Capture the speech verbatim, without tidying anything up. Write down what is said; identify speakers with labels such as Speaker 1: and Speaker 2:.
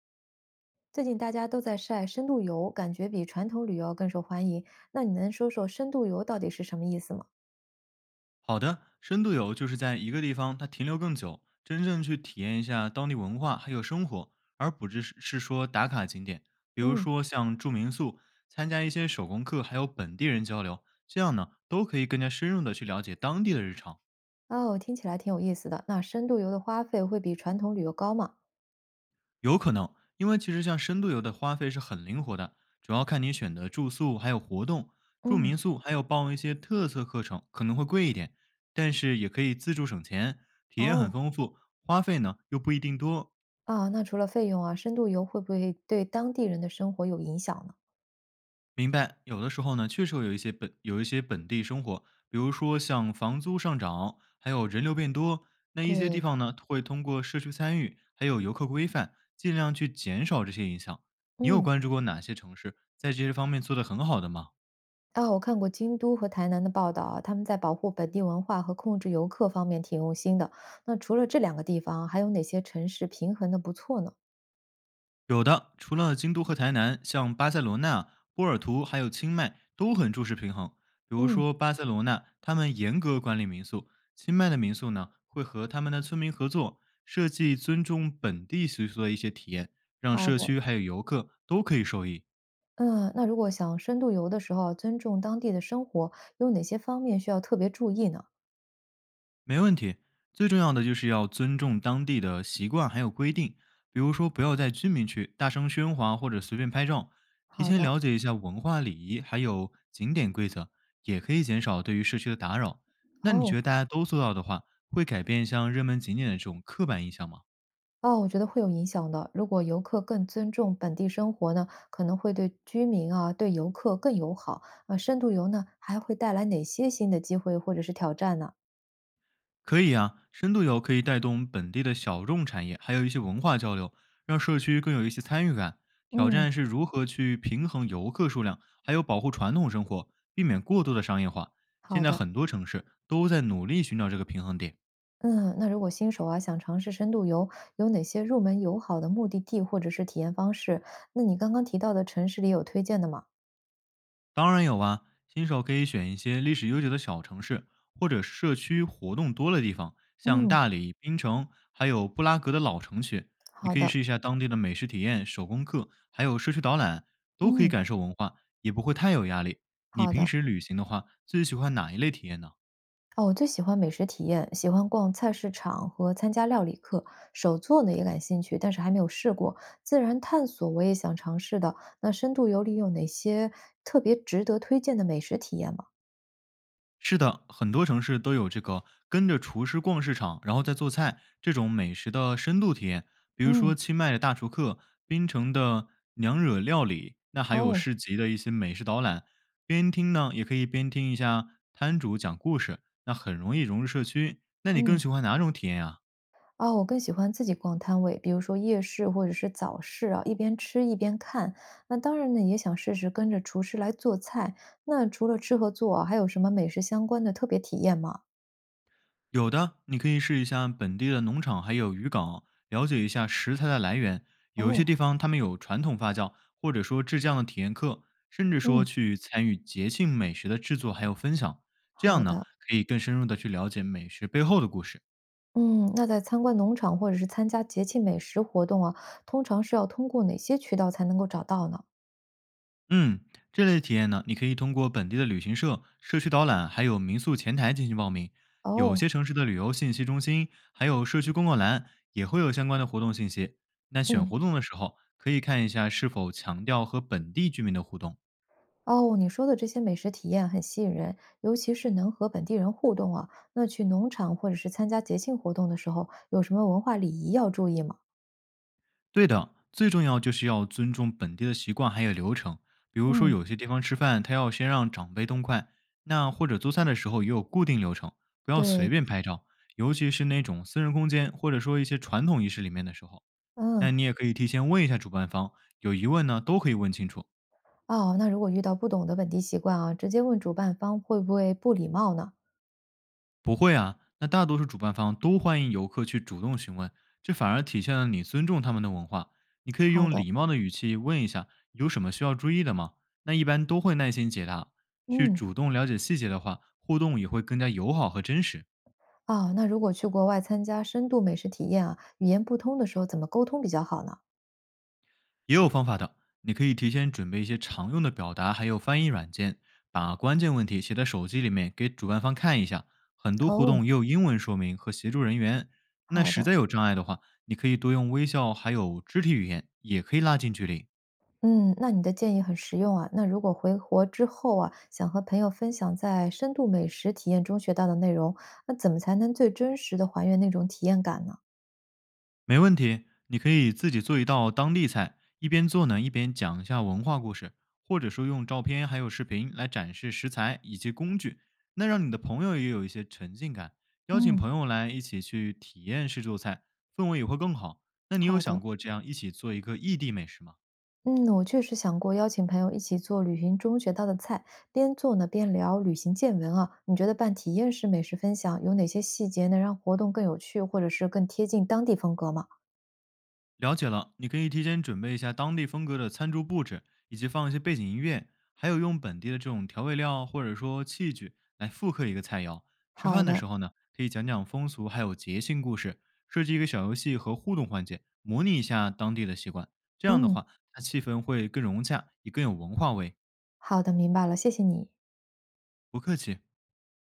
Speaker 1: 最近大家都在晒深度游，感觉比传统旅游更受欢迎。那你能说说深度游到底是什么意思吗？
Speaker 2: 好的，深度游就是在一个地方它停留更久，真正去体验一下当地文化还有生活，而不只是是说打卡景点。比如
Speaker 1: 嗯，
Speaker 2: 说像住民宿，参加一些手工课，还有本地人交流，这样呢都可以更加深入的去了解当地的日常。
Speaker 1: 哦，听起来挺有意思的。那深度游的花费会比传统旅游高吗？
Speaker 2: 有可能，因为其实像深度游的花费是很灵活的，主要看你选的住宿还有活动。住
Speaker 1: 嗯，
Speaker 2: 民宿还有报一些特色课程可能会贵一点，但是也可以自助省钱，体验很
Speaker 1: 哦，
Speaker 2: 丰富，花费呢又不一定多。
Speaker 1: 啊，那除了费用啊，深度游会不会对当地人的生活有影响呢？
Speaker 2: 明白，有的时候呢，确实会有一些本有一些本地生活，比如说像房租上涨，还有人流变多，那一些地
Speaker 1: 对，
Speaker 2: 方呢，会通过社区参与，还有游客规范，尽量去减少这些影响。你有
Speaker 1: 嗯，
Speaker 2: 关注过哪些城市在这些方面做得很好的吗？
Speaker 1: 啊，我看过京都和台南的报道啊，他们在保护本地文化和控制游客方面挺用心的。那除了这两个地方，还有哪些城市平衡的不错呢？
Speaker 2: 有的，除了京都和台南，像巴塞罗那、波尔图还有清迈都很重视平衡。比如
Speaker 1: 嗯，
Speaker 2: 说巴塞罗那，他们严格管理民宿；清迈的民宿呢，会和他们的村民合作，设计尊重本地习俗的一些体验，让
Speaker 1: 好
Speaker 2: 社
Speaker 1: 的。
Speaker 2: 区还有游客都可以受益。
Speaker 1: 嗯，那如果想深度游的时候，尊重当地的生活，有哪些方面需要特别注意呢？
Speaker 2: 没问题，最重要的就是要尊重当地的习惯还有规定，比如说不要在居民区大声喧哗或者随便拍照，提
Speaker 1: 好
Speaker 2: 前
Speaker 1: 的，
Speaker 2: 了解一下文化礼仪还有景点规则，也可以减少对于社区的打扰。那你
Speaker 1: 哦
Speaker 2: 觉得大家都做到的话，会改变像热门景点的这种刻板印象吗？
Speaker 1: 哦，我觉得会有影响的。如果游客更尊重本地生活呢，可能会对居民啊、对游客更友好。啊，深度游呢，还会带来哪些新的机会或者是挑战呢？
Speaker 2: 可以啊，深度游可以带动本地的小众产业，还有一些文化交流，让社区更有一些参与感。挑
Speaker 1: 嗯，
Speaker 2: 战是如何去平衡游客数量，还有保护传统生活，避免过度的商业化。
Speaker 1: 好
Speaker 2: 现在
Speaker 1: 的。
Speaker 2: 很多城市都在努力寻找这个平衡点。
Speaker 1: 嗯，那如果新手啊想尝试深度游，有哪些入门友好的目的地或者是体验方式？那你刚刚提到的城市里有推荐的吗？
Speaker 2: 当然有啊，新手可以选一些历史悠久的小城市，或者社区活动多的地方，像
Speaker 1: 嗯，
Speaker 2: 大理、槟城，还有布拉格的老城区。你
Speaker 1: 好
Speaker 2: 可以
Speaker 1: 的。
Speaker 2: 试一下当地的美食体验、手工课，还有社区导览，都可以
Speaker 1: 嗯，
Speaker 2: 感受文化，也不会太有压力。你
Speaker 1: 好
Speaker 2: 平
Speaker 1: 的。
Speaker 2: 时旅行的话，最喜欢哪一类体验呢？
Speaker 1: 哦，我最喜欢美食体验，喜欢逛菜市场和参加料理课。手做呢也感兴趣，但是还没有试过。自然探索我也想尝试的。那深度游里有哪些特别值得推荐的美食体验吗？
Speaker 2: 是的，很多城市都有这个跟着厨师逛市场，然后再做菜这种美食的深度体验。比如说
Speaker 1: 嗯，
Speaker 2: 清迈的大厨客，槟城的娘惹料理，那还有
Speaker 1: 哦，
Speaker 2: 市集的一些美食导览。边听呢，也可以边听一下摊主讲故事，那很容易融入社区。那你更
Speaker 1: 嗯，
Speaker 2: 喜欢哪种体验呀？
Speaker 1: 哦，我更喜欢自己逛摊位，比如说夜市或者是早市啊，一边吃一边看。那当然呢，也想试试跟着厨师来做菜。那除了吃和做啊还有什么美食相关的特别体验吗？
Speaker 2: 有的，你可以试一下本地的农场，还有渔港，了解一下食材的来源。有一些地
Speaker 1: 哦，
Speaker 2: 方他们有传统发酵，或者说制酱的体验课，甚至说
Speaker 1: 嗯，
Speaker 2: 去参与节庆美食的制作还有分享。这
Speaker 1: 好
Speaker 2: 样呢，
Speaker 1: 的。
Speaker 2: 可以更深入的去了解美食背后的故事。
Speaker 1: 嗯，那在参观农场或者是参加节庆美食活动啊，通常是要通过哪些渠道才能够找到呢？
Speaker 2: 嗯，这类体验呢，你可以通过本地的旅行社、社区导览，还有民宿前台进行报名。有些
Speaker 1: 哦，
Speaker 2: 城市的旅游信息中心，还有社区公告栏也会有相关的活动信息。那选
Speaker 1: 嗯，
Speaker 2: 活动的时候，可以看一下是否强调和本地居民的互动。
Speaker 1: 哦，你说的这些美食体验很吸引人，尤其是能和本地人互动啊。那去农场或者是参加节庆活动的时候，有什么文化礼仪要注意吗？
Speaker 2: 对的，最重要就是要尊重本地的习惯还有流程。比如说，
Speaker 1: 嗯，
Speaker 2: 有些地方吃饭，他要先让长辈动筷，那或者做菜的时候也有固定流程，不要随
Speaker 1: 对，
Speaker 2: 便拍照，尤其是那种私人空间或者说一些传统仪式里面的时候。
Speaker 1: 嗯，
Speaker 2: 那你也可以提前问一下主办方，有疑问呢都可以问清楚。
Speaker 1: 哦，那如果遇到不懂的本地习惯啊，直接问主办方会不会不礼貌呢？
Speaker 2: 不会啊，那大多数主办方都欢迎游客去主动询问，这反而体现了你尊重他们的文化。你可以
Speaker 1: 好
Speaker 2: 用
Speaker 1: 的，
Speaker 2: 礼貌的语气问一下有什么需要注意的吗？那一般都会耐心解答。去
Speaker 1: 嗯。
Speaker 2: 主动了解细节的话，互动也会更加友好和真实。
Speaker 1: 哦，那如果去国外参加深度美食体验啊，语言不通的时候怎么沟通比较好呢？
Speaker 2: 也有方法的，你可以提前准备一些常用的表达，还有翻译软件，把关键问题写在手机里面给主办方看一下。很多活
Speaker 1: 哦，
Speaker 2: 动也有英文说明和协助人员。那
Speaker 1: 好
Speaker 2: 实
Speaker 1: 的，
Speaker 2: 在有障碍的话，你可以多用微笑，还有肢体语言，也可以拉近距离。
Speaker 1: 嗯，那你的建议很实用啊。那如果回国之后啊，想和朋友分享在深度美食体验中学到的内容，那怎么才能最真实的还原那种体验感呢？
Speaker 2: 没问题，你可以自己做一道当地菜，一边做呢，一边讲一下文化故事，或者说用照片还有视频来展示食材以及工具，那让你的朋友也有一些沉浸感。邀请
Speaker 1: 嗯，
Speaker 2: 朋友来一起去体验试做菜，氛围也会更好。那你有
Speaker 1: 好
Speaker 2: 想
Speaker 1: 的，
Speaker 2: 过这样一起做一个异地美食吗？
Speaker 1: 嗯，我确实想过邀请朋友一起做旅行中学到的菜，边做呢边聊旅行见闻啊。你觉得办体验式美食分享有哪些细节能让活动更有趣，或者是更贴近当地风格吗？
Speaker 2: 了解了，你可以提前准备一下当地风格的餐桌布置，以及放一些背景音乐，还有用本地的这种调味料或者说器具来复刻一个菜肴。吃
Speaker 1: 好
Speaker 2: 饭的
Speaker 1: 的，
Speaker 2: 时候呢，可以讲讲风俗还有节庆故事，设计一个小游戏和互动环节，模拟一下当地的习惯。这样的
Speaker 1: 嗯，
Speaker 2: 话，它气氛会更融洽，也更有文化味。
Speaker 1: 好的，明白了，谢谢你。
Speaker 2: 不客气。